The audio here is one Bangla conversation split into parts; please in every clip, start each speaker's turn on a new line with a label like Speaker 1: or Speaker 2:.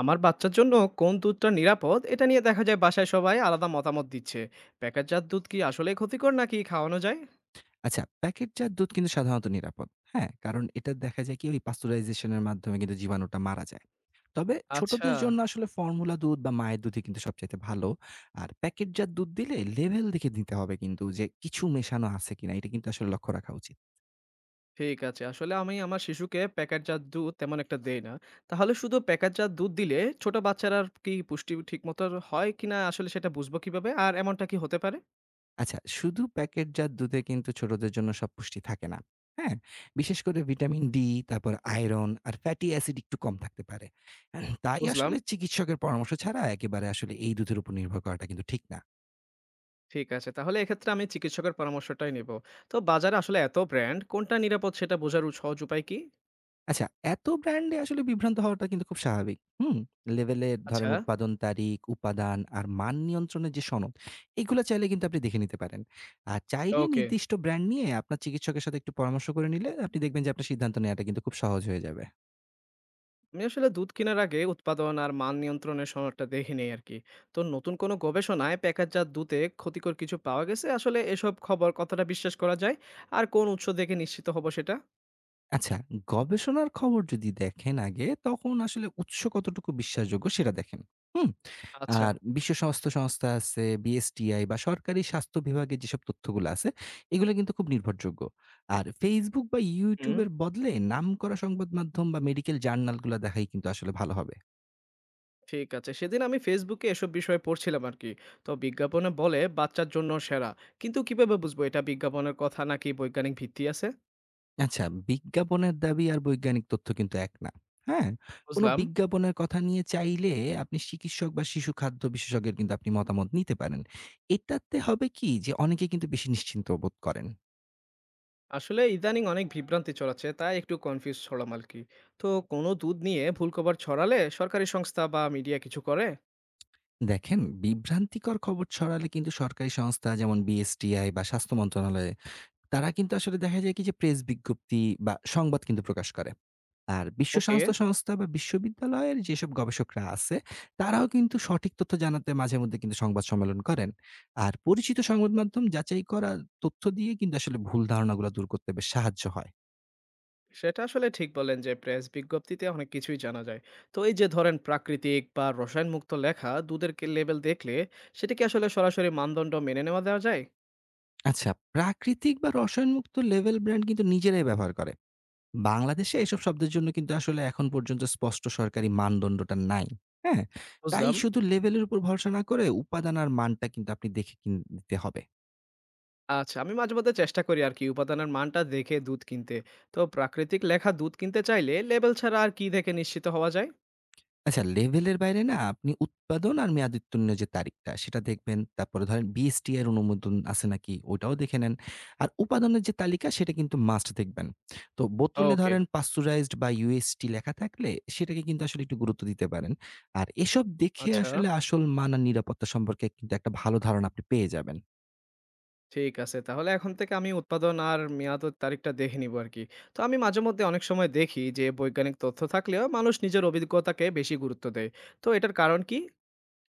Speaker 1: আমার বাচ্চার জন্য কোন দুধটা নিরাপদ এটা নিয়ে দেখা যায় বাসায় সবাই আলাদা মতামত দিচ্ছে। প্যাকেটজাত দুধ কি আসলে ক্ষতিকর নাকি খাওয়ানো যায়?
Speaker 2: আচ্ছা, প্যাকেটজাত দুধ কিন্তু সাধারণত নিরাপদ। হ্যাঁ? কারণ এটা দেখা যায় কি ওই pasteurization এর মাধ্যমে কিন্তু জীবাণুটা মারা যায়। তবে
Speaker 1: আচ্ছা।
Speaker 2: ছোটদের জন্য আসলে ফর্মুলা দুধ বা মায়ের দুধই কিন্তু সবচাইতে ভালো। আর প্যাকেটজাত দুধ দিলে লেভেল দেখে দিতে হবে কিন্তু যে কিছু মেশানো আছে কিনা এটা কিন্তু আসলে লক্ষ্য রাখা উচিত।
Speaker 1: ঠিক আছে, আসলে আমি আমার শিশুকে প্যাকেটজাত দুধ তেমন একটা দেই না। তাহলে শুধু প্যাকেটজাত দুধ দিলে ছোট বাচ্চারা কি পুষ্টি ঠিক মতো হয় কিনা আসলে সেটা বুঝবো কিভাবে, আর এমনটা কি হতে পারে?
Speaker 2: আচ্ছা, শুধু প্যাকেটজাত দুধে কিন্তু ছোটদের জন্য সব পুষ্টি থাকে না। হ্যাঁ? বিশেষ করে ভিটামিন ডি, তারপর আয়রন আর ফ্যাটি অ্যাসিড একটু কম থাকতে পারে। তাই
Speaker 1: বুঝলাম।
Speaker 2: আসলে চিকিৎসকের পরামর্শ ছাড়া একেবারে আসলে এই দুধের উপর নির্ভর করাটা কিন্তু ঠিক না।
Speaker 1: ঠিক আছে, তাহলে এক্ষেত্রে আমি চিকিৎসকের পরামর্শটাই নেব। তো বাজারে আসলে এত ব্র্যান্ড, কোনটা নিরাপদ সেটা বোঝার সহজ উপায় কি?
Speaker 2: আচ্ছা, এত ব্র্যান্ডে আসলে বিভ্রান্ত হওয়াটা কিন্তু খুব স্বাভাবিক। হুম? লেভেলের
Speaker 1: আচ্ছা।
Speaker 2: ধরেন উৎপাদন তারিখ, উপাদান আর মান নিয়ন্ত্রণের যে সনদ, এগুলা চাইলে কিন্তু আপনি দেখে নিতে পারেন। আর চাইলে
Speaker 1: ওকে,
Speaker 2: নির্দিষ্ট ব্র্যান্ড নিয়ে আপনার চিকিৎসকের সাথে একটু পরামর্শ করে নিলে আপনি দেখবেন যে আপনার সিদ্ধান্ত নেওয়াটা কিন্তু খুব সহজ হয়ে যাবে।
Speaker 1: আমি আসলে দুধ কেনার আগে উৎপাদন আর মান নিয়ন্ত্রণের সনদটা দেখে নেই আর কি। তো নতুন কোনো গবেষণায় প্যাকেটজাত দুধে ক্ষতিকর কিছু পাওয়া গেছে, আসলে এসব খবর কতটা বিশ্বাস করা যায় আর কোন উৎস দেখে নিশ্চিত হব সেটা?
Speaker 2: আচ্ছা, গবেষণার খবর যদি দেখেন আগে তখন আসলে উৎস কতটুকু বিশ্বাসযোগ্য সেটা দেখেন। হুম?
Speaker 1: আচ্ছা।
Speaker 2: আর বিশ্ব স্বাস্থ্য সংস্থা আছে, বিএসটিআই বা সরকারি স্বাস্থ্য বিভাগের যেসব তথ্যগুলো আছে এগুলো কিন্তু খুব নির্ভরযোগ্য। আর Facebook বা
Speaker 1: হুম।
Speaker 2: YouTube এর বদলে নামকরা সংবাদ মাধ্যম বা মেডিকেল জার্নালগুলা দেখাই কিন্তু আসলে ভালো হবে।
Speaker 1: ঠিক আছে, সেদিন আমি ফেসবুকে এসব বিষয়ে পড়ছিলাম আর কি। তো বিজ্ঞাপনে বলে বাচ্চার জন্য সেরা, কিন্তু কিভাবে বুঝবো এটা বিজ্ঞাপনের কথা নাকি বৈজ্ঞানিক ভিত্তি আছে?
Speaker 2: আচ্ছা, বিজ্ঞাপনের দাবি আর বৈজ্ঞানিক তথ্য কিন্তু এক না। হ্যাঁ? কোনো
Speaker 1: বুঝলাম।
Speaker 2: বিজ্ঞাপনের কথা নিয়ে চাইলে আপনি চিকিৎসক বা শিশু খাদ্য বিশেষজ্ঞের কিন্তু আপনি মতামত নিতে পারেন। এটাতে হবে কি যে অনেকে কিন্তু বেশি নিশ্চিন্ত বোধ করেন।
Speaker 1: আসলে ইদানিং অনেক বিভ্রান্তি ছড়াচ্ছে, তাই একটু কনফিউজ ছড়াম আর কি। তো কোনো দুধ নিয়ে ভুল খবর ছড়ালে সরকারি সংস্থা বা মিডিয়া কিছু করে?
Speaker 2: দেখেন বিভ্রান্তিকর খবর ছড়ালে কিন্তু সরকারি সংস্থা যেমন বিএসটিআই বা স্বাস্থ্য মন্ত্রণালয়ে তারা কিন্তু আসলে দেখা যায় কি যে প্রেস বিজ্ঞপ্তি বা সংবাদ কিন্তু প্রকাশ করে। আর বিশ্ব
Speaker 1: ওকে।
Speaker 2: স্বাস্থ্য সংস্থা বা বিশ্ববিদ্যালয়ের যেসব গবেষকরা আছে তারাও কিন্তু সঠিক তথ্য জানাতে মাঝে মধ্যে কিন্তু সংবাদ সম্মেলন করেন আর পরিচিত সংবাদ মাধ্যম যাচাই করা তথ্য দিয়ে কিন্তু আসলে ভুল ধারণাগুলো দূর করতে বেশ সাহায্য হয়।
Speaker 1: সেটা আসলে ঠিক বলেন যে প্রেস বিজ্ঞপ্তিতে অনেক কিছুই জানা যায়। তো এই যে ধরেন প্রাকৃতিক বা রসায়ন মুক্ত লেখা দুধের লেবেল দেখলে সেটা কি আসলে সরাসরি মানদণ্ড মেনে নেওয়া দেওয়া যায়?
Speaker 2: আচ্ছা, প্রাকৃতিক বা রসায়নমুক্ত লেভেল ব্র্যান্ড কিন্তু নিজেরাই ব্যবহার করে। বাংলাদেশে এসব শব্দের জন্য কিন্তু আসলে এখন পর্যন্ত স্পষ্ট সরকারি মানদণ্ডটা নাই। হ্যাঁ? তাই
Speaker 1: বুঝলাম।
Speaker 2: শুধু লেভেলের উপর ভরসা না করে উপাদান আর মানটা কিন্তু আপনি দেখে নিতে হবে।
Speaker 1: আচ্ছা, আমি মাঝে মধ্যে চেষ্টা করি আর কি উপাদানের মানটা দেখে দুধ কিনতে। তো প্রাকৃতিক লেখা দুধ কিনতে চাইলে লেবেল ছাড়া আর কি দেখে নিশ্চিত হওয়া যায়?
Speaker 2: আচ্ছা, লেভেলের বাইরে না আপনি উৎপাদন আর মেয়াদোত্তীর্ণের যে তারিখটা সেটা দেখবেন। তারপরে ধরেন বিএসটি এর অনুমোদন আছে নাকি ওটাও দেখে নেন। আর উপাদানের যে তালিকা সেটা কিন্তু মাস্ট দেখবেন। তো বোতলে
Speaker 1: ওকে।
Speaker 2: ধরেন পাস্টুরাইজড বা UST লেখা থাকলে সেটাকে কিন্তু আসলে একটু গুরুত্ব দিতে পারেন। আর এসব দেখে
Speaker 1: আচ্ছা।
Speaker 2: আসলে আসল মান আর নিরাপত্তা সম্পর্কে কিন্তু একটা ভালো ধারণা আপনি পেয়ে যাবেন।
Speaker 1: ঠিক আছে। তাহলে এখন থেকে আমি উৎপাদন আর মেয়াদের তারিখটা দেখে নিবো আরকি। তো আমি মাঝেমধ্যে অনেক সময় দেখি যে বৈজ্ঞানিক তথ্য থাকলেও মানুষ নিজের অভিজ্ঞতাকে বেশি গুরুত্ব দেয়। তো এটার কারণ কি?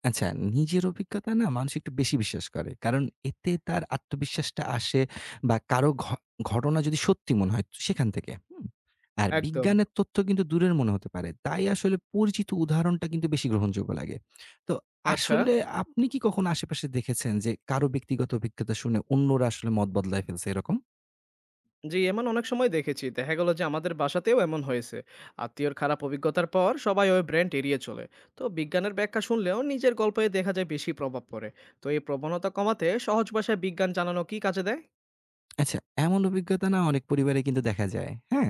Speaker 2: আচ্ছা, নিজের অভিজ্ঞতা না মানুষ একটু বেশি বিশ্বাস করে। কারণ এতে তার আত্মবিশ্বাসটা আসে বা কারো ঘটনা যদি সত্যি মনে হয় তো সেখান থেকে। হুম? আর
Speaker 1: একদম।
Speaker 2: বিজ্ঞানের তথ্য কিন্তু দূরের মনে হতে পারে। তাই আসলে পরিচিত উদাহরণটা কিন্তু বেশি গ্রহণযোগ্য লাগে। তো
Speaker 1: আচ্ছা।
Speaker 2: আসলে আপনি কি কখনো আশেপাশে দেখেছেন যে কারো ব্যক্তিগত অভিজ্ঞতা শুনে অন্যরা আসলে মত বদলায় ফেলছে এরকম?
Speaker 1: জি, এমন অনেক সময় দেখেছি। দেখা গেল যে আমাদের বাসাতেও এমন হয়েছে। আত্মীয়র খারাপ অভিজ্ঞতার পর সবাই ওই ব্র্যান্ড এড়িয়ে চলে। তো বিজ্ঞানের ব্যাখ্যা শুনলেও নিজের গল্পে দেখা যায় বেশি প্রভাব পড়ে। তো এই প্রবণতা কমাতে সহজ ভাষায় বিজ্ঞান জানানো কি কাজে দেয়?
Speaker 2: আচ্ছা, এমন অভিজ্ঞতা না অনেক পরিবারে কিন্তু দেখা যায়। হ্যাঁ?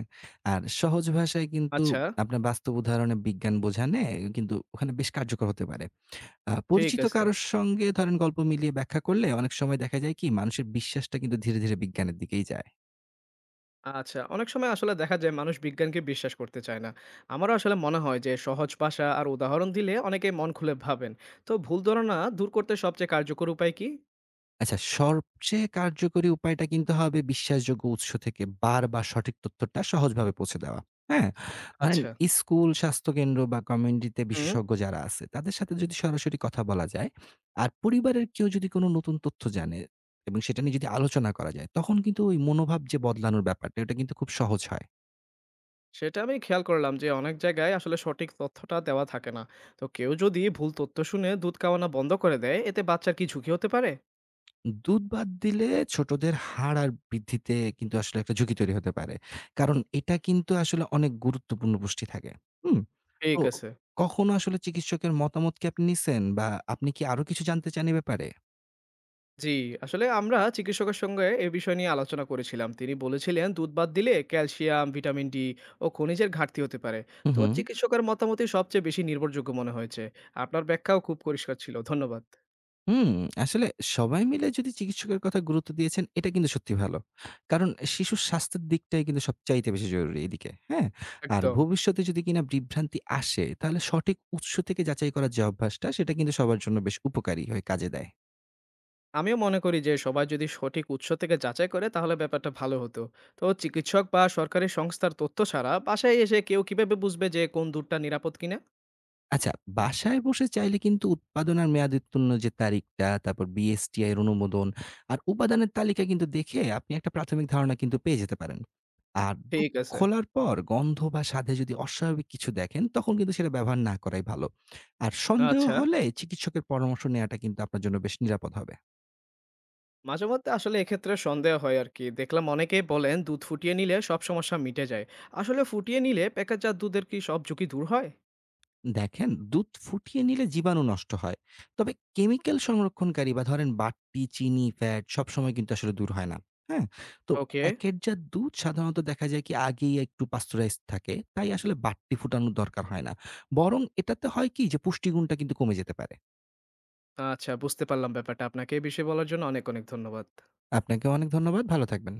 Speaker 2: আর সহজ ভাষায় কিন্তু
Speaker 1: আচ্ছা,
Speaker 2: আপনার বাস্তব উদাহরণে বিজ্ঞান বোঝানে কিন্তু ওখানে বেশ কার্যকর হতে পারে।
Speaker 1: ঠিক
Speaker 2: পরিচিত
Speaker 1: আছে।
Speaker 2: কারো সঙ্গে ধরেন গল্প মিলিয়ে ব্যাখ্যা করলে অনেক সময় দেখা যায় কি মানুষের বিশ্বাসটা কিন্তু ধীরে, ধীরে বিজ্ঞানের দিকেই যায়।
Speaker 1: আচ্ছা, অনেক সময় আসলে দেখা যায় মানুষ বিজ্ঞানকে বিশ্বাস করতে চায় না। আমারও আসলে মনে হয় যে সহজ ভাষা আর উদাহরণ দিলে অনেকে মন খুলে ভাবেন। তো ভুল ধারণা দূর করতে সবচেয়ে কার্যকর উপায় কি?
Speaker 2: আচ্ছা, সবচেয়ে কার্যকরী উপায়টা কিন্তু হবে বিশ্বাসযোগ্য উৎস থেকে বারবার সঠিক তথ্যটা সহজভাবে পৌঁছে দেওয়া। হ্যাঁ? ধরেন
Speaker 1: আচ্ছা,
Speaker 2: স্কুল, স্বাস্থ্যকেন্দ্র বা কমিউনিটিতে
Speaker 1: হুম।
Speaker 2: বিশেষজ্ঞ যারা আছে তাদের সাথে যদি সরাসরি কথা বলা যায়, আর পরিবারের কেউ যদি কোনো নতুন তথ্য জানে এবং সেটা নিয়ে যদি আলোচনা করা যায়, তখন কিন্তু ওই মনোভাব যে বদলানোর ব্যাপারটা এটা কিন্তু খুব সহজ হয়।
Speaker 1: সেটা আমি খেয়াল করলাম যে অনেক জায়গায় আসলে সঠিক তথ্যটা দেওয়া থাকে না। তো কেউ যদি ভুল তথ্য শুনে দুধ খাওয়ানো বন্ধ করে দেয়, এতে বাচ্চার কি ঝুঁকি হতে পারে?
Speaker 2: দুধ বাদ দিলে ছোটদের হাড় আর বৃদ্ধিতে কিন্তু আসলে একটা ঝুঁকি তৈরি হতে পারে। কারণ এটা কিন্তু আসলে অনেক গুরুত্বপূর্ণ পুষ্টি থাকে। হুম? তো
Speaker 1: ঠিক আছে।
Speaker 2: কখনো আসলে চিকিৎসকের মতামত কি আপনি নিছেন বা আপনি কি আরো কিছু জানতে চান এ ব্যাপারে?
Speaker 1: জি, আসলে আমরা চিকিৎসকের সঙ্গে এ বিষয় নিয়ে আলোচনা করেছিলাম। তিনি বলেছিলেন দুধ বাদ দিলে ক্যালসিয়াম, ভিটামিন ডি ও খনিজের ঘাটতি হতে পারে।
Speaker 2: হু,
Speaker 1: তো
Speaker 2: হু।
Speaker 1: চিকিৎসকের মতামতই সবচেয়ে বেশি নির্ভরযোগ্য মনে হয়েছে। আপনার ব্যাখ্যাও খুব পরিষ্কার ছিল। ধন্যবাদ।
Speaker 2: হুম, আসলে সবাই মিলে যদি চিকিৎসকের কথা গুরুত্ব দিয়েছেন এটা কিন্তু সত্যি ভালো। কারণ শিশুর স্বাস্থ্যের দিকটাই কিন্তু সবচাইতে বেশি জরুরি এদিকে। হ্যাঁ? আর
Speaker 1: একদম।
Speaker 2: ভবিষ্যতে যদি কিনা বিভ্রান্তি আসে তাহলে সঠিক উৎস থেকে যাচাই করার যে অভ্যাসটা সেটা কিন্তু সবার জন্য বেশ উপকারী হয়ে কাজে দেয়।
Speaker 1: আমিও মনে করি যে সবাই যদি সঠিক উৎস থেকে যাচাই করে তাহলে ব্যাপারটা ভালো হতো। তো চিকিৎসক বা সরকারি সংস্থার তথ্য ছাড়া বাসায় এসে কেউ কিভাবে বুঝবে যে কোন দুধটা নিরাপদ কিনা?
Speaker 2: আচ্ছা, বাসায় বসে চাইলে কিন্তু উৎপাদন আর মেয়াদ উত্তীর্ণ যে তারিখটা, তারপর বিএসটিআই এর অনুমোদন আর উপাদানের তালিকা কিন্তু দেখে আপনি একটা প্রাথমিক ধারণা কিন্তু পেয়ে যেতে পারেন। আর দুধ
Speaker 1: ঠিক আছে।
Speaker 2: খোলার পর গন্ধ বা স্বাদে যদি অস্বাভাবিক কিছু দেখেন, তখন কিন্তু সেটা ব্যবহার না করাই ভালো। আর সন্দেহ
Speaker 1: আচ্ছা।
Speaker 2: হলে চিকিৎসকের পরামর্শ নেওয়াটা কিন্তু আপনার জন্য বেশ নিরাপদ হবে।
Speaker 1: মাঝে মধ্যে আসলে এক্ষেত্রে সন্দেহ হয় আর কি, দেখলাম অনেকেই বলেন দুধ ফুটিয়ে নিলে সব সমস্যা মিটে যায়। আসলে ফুটিয়ে নিলে প্যাকেটজাত দুধের কি সব ঝুঁকি দূর হয়?
Speaker 2: দেখেন দুধ ফুটিয়ে নিলে জীবাণু নষ্ট হয়, তবে কেমিক্যাল সংরক্ষণকারী বা ধরেন বাটি চিনি ফ্যাট সবসময় কিন্তু আসলে দূর হয় না। হ্যাঁ? তো
Speaker 1: ওকে।
Speaker 2: প্যাকেটজাত দুধ সাধারণত দেখা যায় কি আগেই একটু পাস্তুরাইজ থাকে, তাই আসলে বাটি ফুটানোর দরকার হয় না। বরং এটাতে হয় কি যে পুষ্টিগুণটা কিন্তু কমে যেতে পারে।
Speaker 1: আচ্ছা, বুঝতে পারলাম ব্যাপারটা। আপনাকে এই বিষয়ে বলার জন্য অনেক অনেক ধন্যবাদ।
Speaker 2: আপনাকে অনেক ধন্যবাদ, ভালো থাকবেন।